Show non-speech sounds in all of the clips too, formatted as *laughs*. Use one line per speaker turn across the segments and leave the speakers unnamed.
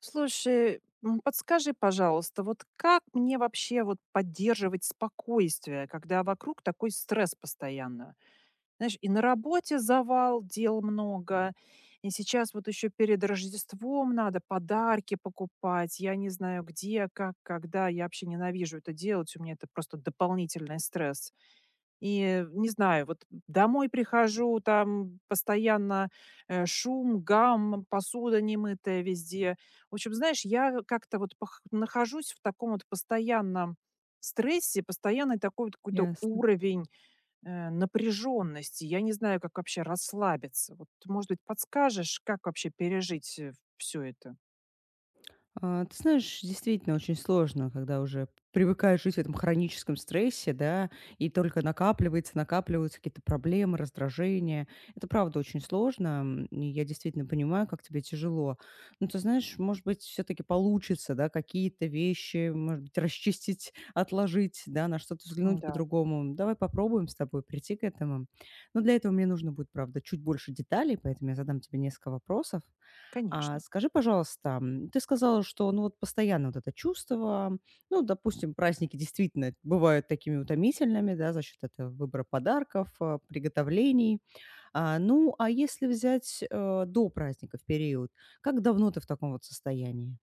Слушай, подскажи, пожалуйста, вот как мне вообще вот поддерживать спокойствие, когда вокруг такой стресс постоянно? Знаешь, и на работе завал, дел много, и сейчас вот еще перед Рождеством надо подарки покупать, я не знаю где, как, когда, я вообще ненавижу это делать, у меня это просто дополнительный стресс. И не знаю, вот домой прихожу, там постоянно, шум, гам, посуда немытая везде. В общем, знаешь, я как-то вот пах нахожусь в таком вот постоянном стрессе, постоянный такой вот какой-то
Ясно.
уровень, напряженности. Я не знаю, как вообще расслабиться. Вот, может быть, подскажешь, как вообще пережить, все это?
Ты знаешь, действительно очень сложно, когда уже привыкаешь жить в этом хроническом стрессе, да, и только накапливаются какие-то проблемы, раздражения. Это правда очень сложно, и я действительно понимаю, как тебе тяжело. Но ты знаешь, может быть, все-таки получится, да, какие-то вещи, может быть, расчистить, отложить, да, на что-то взглянуть
Да.
по-другому. Давай попробуем с тобой прийти к этому. Но для этого мне нужно будет, правда, чуть больше деталей, поэтому я задам тебе несколько вопросов. А
Конечно.
скажи, пожалуйста, ты сказала, что, ну, вот постоянно вот это чувство, ну, допустим, праздники действительно бывают такими утомительными, да, за счет этого выбора подарков, приготовлений. А, ну, а если взять, до праздников период, как давно ты в таком вот состоянии?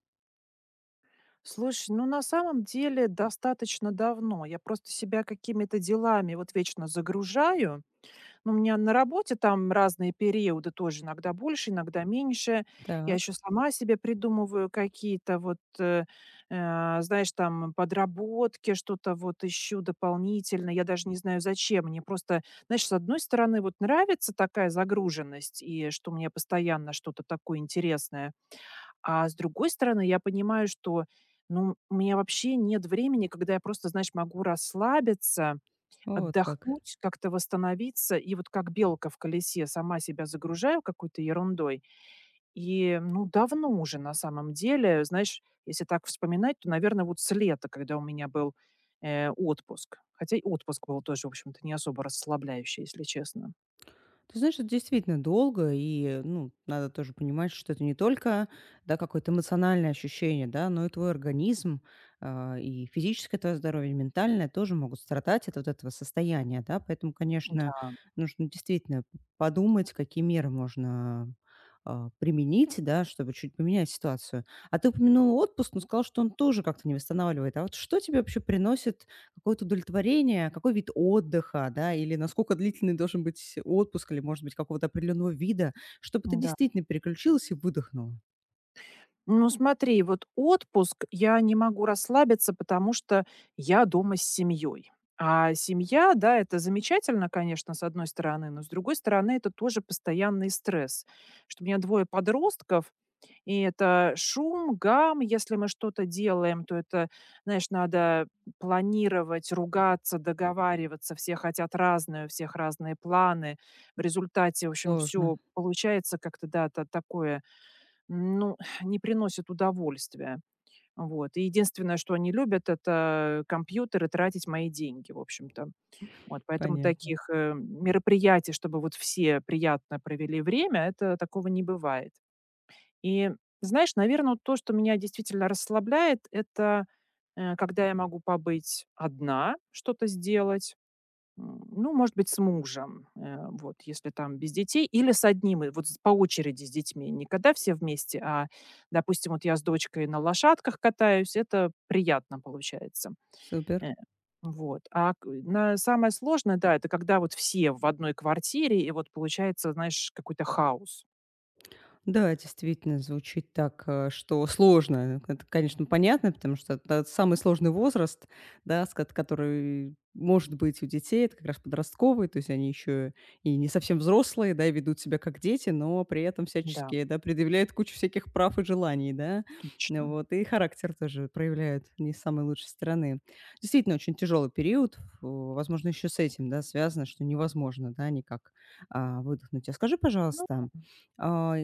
Слушай, ну на самом деле достаточно давно. Я просто себя какими-то делами вот вечно загружаю. Ну, у меня на работе там разные периоды тоже, иногда больше, иногда меньше. Я еще
Так,
сама себе придумываю какие-то вот, знаешь, там подработки, что-то вот ищу дополнительно. Я даже не знаю, зачем. Мне просто, знаешь, с одной стороны вот нравится такая загруженность, и что мне постоянно что-то такое интересное. А с другой стороны, я понимаю, что, ну, у меня вообще нет времени, когда я просто, знаешь, могу расслабиться,
вот как.
отдохнуть, как-то восстановиться. И вот как белка в колесе сама себя загружаю какой-то ерундой. И, ну, давно уже на самом деле, знаешь, если так вспоминать, то, наверное, вот с лета, когда у меня был отпуск. Хотя и отпуск был тоже, в общем-то, не особо расслабляющий, если честно.
Ты знаешь, это действительно долго, и, ну, надо тоже понимать, что это не только, да, какое-то эмоциональное ощущение, да, но и твой организм, и физическое твое здоровье, и ментальное тоже могут страдать от вот этого состояния, да, поэтому, конечно,
Да,
нужно действительно подумать, какие меры можно применить, да, чтобы чуть поменять ситуацию. А ты упомянула отпуск, но сказал, что он тоже как-то не восстанавливает. А вот что тебе вообще приносит какое-то удовлетворение, какой вид отдыха, да, или насколько длительный должен быть отпуск, или, может быть, какого-то определенного вида, чтобы ты
да.
действительно переключилась и выдохнула.
Ну, смотри, вот отпуск я не могу расслабиться, потому что я дома с семьей. А семья, да, это замечательно, конечно, с одной стороны, но с другой стороны, это тоже постоянный стресс, что у меня двое подростков, и это шум, гам, если мы что-то делаем, то это, знаешь, надо планировать, ругаться, договариваться, все хотят разное, у всех разные планы, в результате, в общем,
Сложно,
все получается как-то, да, такое, ну, *sighs* не приносит удовольствия. Вот. И единственное, что они любят, это компьютеры, тратить мои деньги, в общем-то. Вот. Поэтому
понятно.
таких мероприятий, чтобы вот все приятно провели время, это такого не бывает. И знаешь, наверное, то, что меня действительно расслабляет, это когда я могу побыть одна, что-то сделать. Ну, может быть, с мужем, вот, если там без детей, или с одним, и вот с по очереди с детьми. Не когда все вместе, а, допустим, вот я с дочкой на лошадках катаюсь, это приятно получается.
Супер.
Э, вот. А к на самое сложное, да, это когда вот все в одной квартире, и вот получается, знаешь, какой-то хаос.
Да, действительно, звучит так, что сложно. Это, конечно, понятно, потому что это самый сложный возраст, да, который может быть у детей, это как раз подростковый, то есть они еще и не совсем взрослые, да, и ведут себя как дети, но при этом
Да,
всячески, да, предъявляют кучу всяких прав и желаний, да. Ну
точно.
вот, и характер тоже проявляют не с самой лучшей стороны. Действительно, очень тяжелый период, фу, возможно, еще с этим, да, связано, что невозможно, да, никак выдохнуть. А скажи,
Ну,
пожалуйста, а,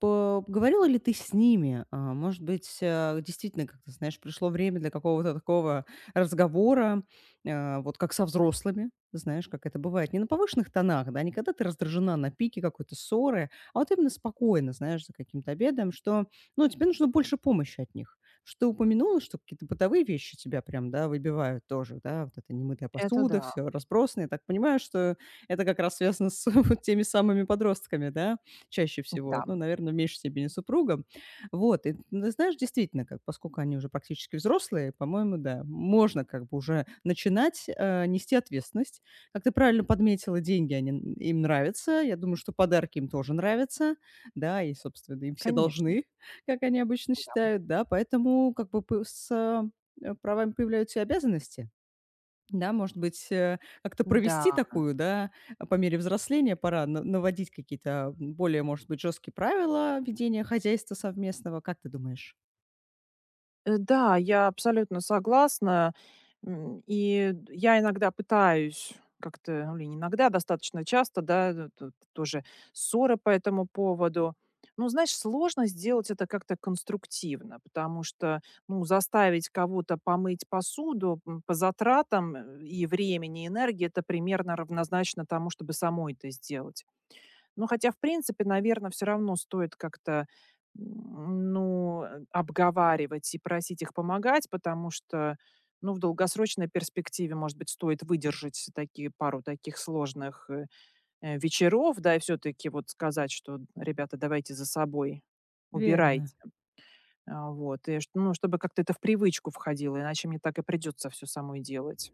по говорила ли ты с ними? А, может быть, действительно, как ты знаешь, пришло время для какого-то такого разговора, вот как со взрослыми, знаешь, как это бывает. Не на повышенных тонах, да, не когда ты раздражена на пике какой-то ссоры, а вот именно спокойно, знаешь, за каким-то обедом, что, ну, тебе нужно больше помощи от них. Что ты упомянула, что какие-то бытовые вещи тебя прям, да, выбивают тоже, да, вот эта немытая
это
посуда,
да,
все разбросано. Я так понимаю, что это как раз связано с *laughs* вот теми самыми подростками, да? Чаще
да,
всего, ну, наверное, в меньшей степени супругом. Вот, и ну, ты знаешь, действительно, как, поскольку они уже практически взрослые, по-моему, да, можно как бы уже начинать нести ответственность. Как ты правильно подметила, деньги они, им нравятся, я думаю, что подарки им тоже нравятся, да, и, собственно, им все
конечно,
должны, *laughs* как они обычно
да.
считают, да, поэтому как бы с правами появляются и обязанности. Да, может быть, как-то
Да.
провести такую, да, по мере взросления пора наводить какие-то более, может быть, жесткие правила ведения хозяйства совместного. Как ты думаешь?
Да, я абсолютно согласна. И д я иногда пытаюсь как-то, ну, или не иногда, а достаточно часто, да, т т тоже ссоры по этому поводу. Ну, знаешь, сложно сделать это как-то конструктивно, потому что, ну, заставить кого-то помыть посуду, по затратам, и времени, и энергии- это примерно равнозначно тому, чтобы самой это сделать. Ну, хотя, в принципе, наверное, все равно стоит как-то, ну, обговаривать и просить их помогать, потому что, ну, в долгосрочной перспективе, может быть, стоит выдержать такие пару таких сложных, вечеров, да, и всё-таки вот сказать, что: "Ребята, давайте за собой
Верно.
убирайте". А, вот, и, чт ну, чтобы как-то это в привычку входило, иначе мне так и придётся всё самой делать.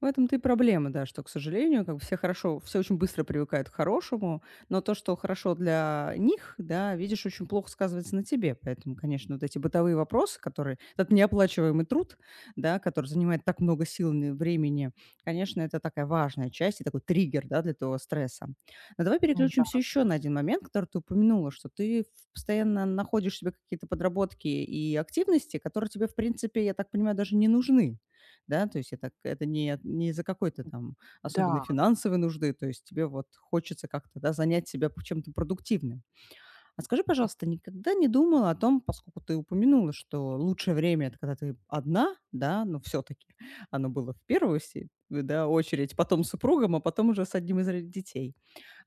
В этом-то и проблема, да, что, к сожалению, как бы все хорошо, все очень быстро привыкают к хорошему, но то, что хорошо для них, да, видишь, очень плохо сказывается на тебе. Поэтому, конечно, вот эти бытовые вопросы, которые, этот неоплачиваемый труд, да, который занимает так много сил и времени, конечно, это такая важная часть и такой триггер, да, для твоего стресса. Но давай переключимся
М-да,
еще на один момент, который ты упомянула, что ты постоянно находишь себе какие-то подработки и активности, которые тебе, в принципе, я так понимаю, даже не нужны да. То есть это к это не из-за какой-то там особенной
да, да,
финансовой нужды, то есть тебе вот хочется как-то, да, занять себя п чем-то продуктивным. А скажи, пожалуйста, никогда не думала о том, поскольку ты упомянула, что лучшее время- это когда ты одна, да, но все таки оно было в первую се да, очередь, потом с супругом, а потом уже с одним из ро детей.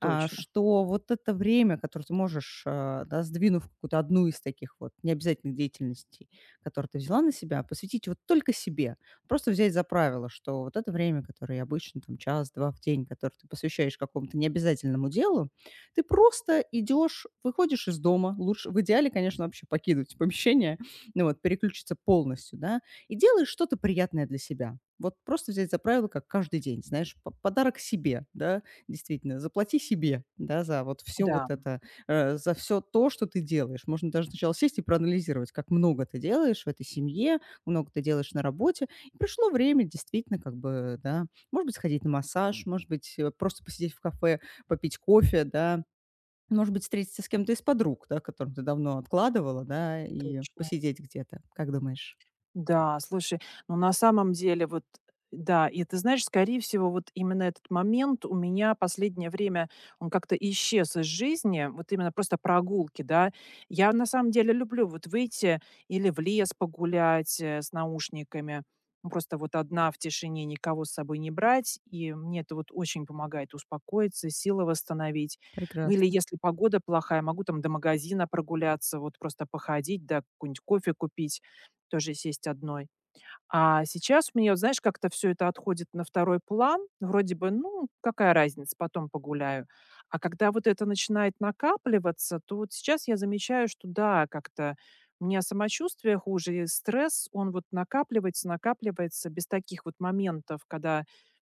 А, что вот это время, которое ты можешь, да, сдвинув какую-то одну из таких вот необязательных деятельностей, которые ты взяла на себя, посвятить вот только себе. Просто взять за правило, что вот это время, которое обычно там час-два в день, которое ты посвящаешь какому-то необязательному делу, ты просто идешь, выходишь из дома, лучше в идеале, конечно, вообще покинуть помещение, ну вот, переключиться полностью, да, и делаешь что-то приятное для себя. Вот просто взять за правило, как каждый день, знаешь, подарок себе, да, действительно, заплати себе, да, за вот все
да,
вот это, за все то, что ты делаешь. Можно даже сначала сесть и проанализировать, как много ты делаешь в этой семье, много ты делаешь на работе. И пришло время действительно как бы, да, может быть, сходить на массаж, может быть, просто посидеть в кафе, попить кофе, да, может быть, встретиться с кем-то из подруг, да, которым ты давно откладывала, да, и
точно.
посидеть где-то. Как думаешь?
Да, слушай, ну на самом деле вот да, и ты знаешь, скорее всего, вот именно этот момент у меня последнее время, он как-то исчез из жизни, вот именно просто прогулки, да. Я на самом деле люблю вот выйти или в лес погулять с наушниками, ну, просто вот одна в тишине, никого с собой не брать, и мне это вот очень помогает успокоиться, силы восстановить. Ну или
Прекрасно.
если погода плохая, могу там до магазина прогуляться, вот просто походить, да, какой-нибудь кофе купить, тоже сесть одной. А сейчас у меня, вот знаешь, как-то все это отходит на второй план. Вроде бы, ну, какая разница, потом погуляю. А когда вот это начинает накапливаться, то вот сейчас я замечаю, что да, как-то у меня самочувствие хуже, и стресс, он вот накапливается, накапливается без таких вот моментов, когда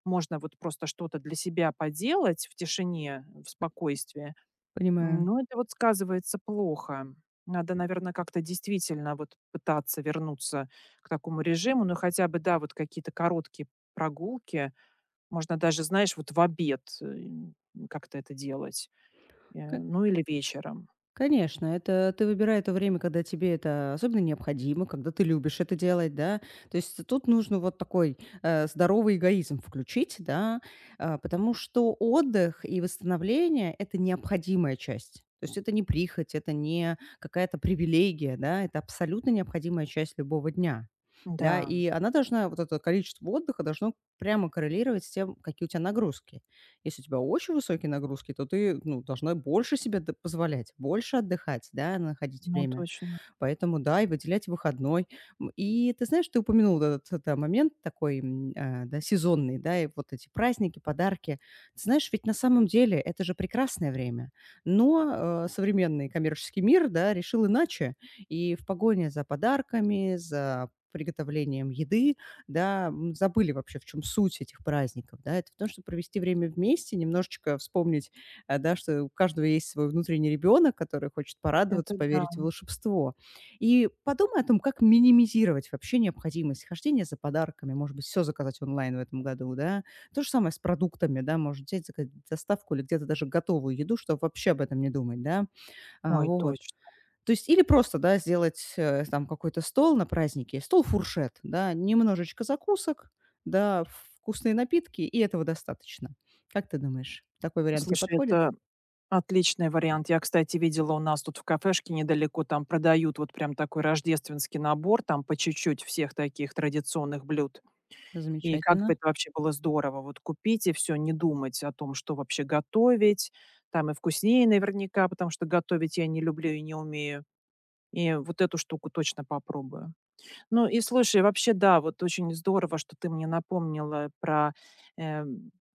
можно вот просто что-то для себя поделать в тишине, в спокойствии.
Понимаю.
Ну, это вот сказывается плохо. Надо, наверное, как-то действительно вот пытаться вернуться к такому режиму. Ну, хотя бы, да, вот какие-то короткие прогулки. Можно даже, знаешь, вот в обед, как-то это делать. Ну, или вечером.
Конечно, это ты выбирай то время, когда тебе это особенно необходимо, когда ты любишь это делать, да. То есть тут нужно вот такой здоровый эгоизм включить, да, потому что отдых и восстановление– это необходимая часть. То есть это не прихоть, это не какая-то привилегия, да, это абсолютно необходимая часть любого дня.
Да,
Да, и она должна, вот это количество отдыха должно прямо коррелировать с тем, какие у тебя нагрузки. Если у тебя очень высокие нагрузки, то ты, ну, должна больше себе д позволять, больше отдыхать, да, находить
ну,
время.
точно.
Поэтому да, и выделять выходной. И ты знаешь, ты упомянул этот, да, момент такой, да, сезонный, да, и вот эти праздники, подарки. Ты знаешь, ведь на самом деле это же прекрасное время, но, современный коммерческий мир, да, решил иначе. И в погоне за подарками, за приготовлением еды, да, забыли вообще, в чем суть этих праздников, да. Это в том, чтобы провести время вместе, немножечко вспомнить, да, что у каждого есть свой внутренний ребенок, который хочет порадоваться,
Это да.
поверить в волшебство. И подумай о том, как минимизировать вообще необходимость хождения за подарками. Может быть, все заказать онлайн в этом году, да. То же самое с продуктами, да, может взять, заказать доставку или где-то даже готовую еду, чтобы вообще об этом не думать, да. А,
Ой,
вот.
точно.
То есть или просто, да, сделать, там какой-то стол на празднике, стол-фуршет, да, немножечко закусок, да, вкусные напитки, и этого достаточно. Как ты думаешь, такой вариант тебе
Слушай,
подходит?
это отличный вариант. Я, кстати, видела у нас тут в кафешке недалеко, там продают вот прям такой рождественский набор, там по чуть-чуть всех таких традиционных блюд. И как бы
Замечательно.
это вообще было здорово вот купить и все, не думать о том, что вообще готовить. Там и вкуснее наверняка, потому что готовить я не люблю и не умею. И вот эту штуку точно попробую. Ну и слушай, вообще, да, вот очень здорово, что ты мне напомнила про, э,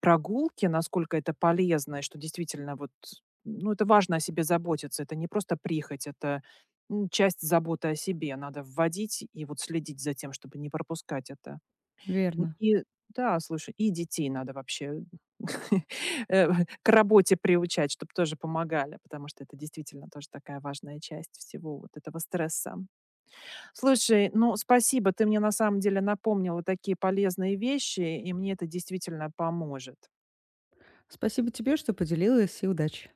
прогулки, насколько это полезно, и что действительно вот, ну, это важно о себе заботиться. Это не просто прихоть, это, часть заботы о себе. Надо вводить и вот следить за тем, чтобы не пропускать это.
Верно.
И да, слушай, и детей надо вообще, *laughs* э, к работе приучать, чтобы тоже помогали, потому что это действительно тоже такая важная часть всего вот этого стресса. Слушай, ну, спасибо, ты мне на самом деле напомнила такие полезные вещи, и мне это действительно поможет.
Спасибо тебе, что поделилась, и удачи.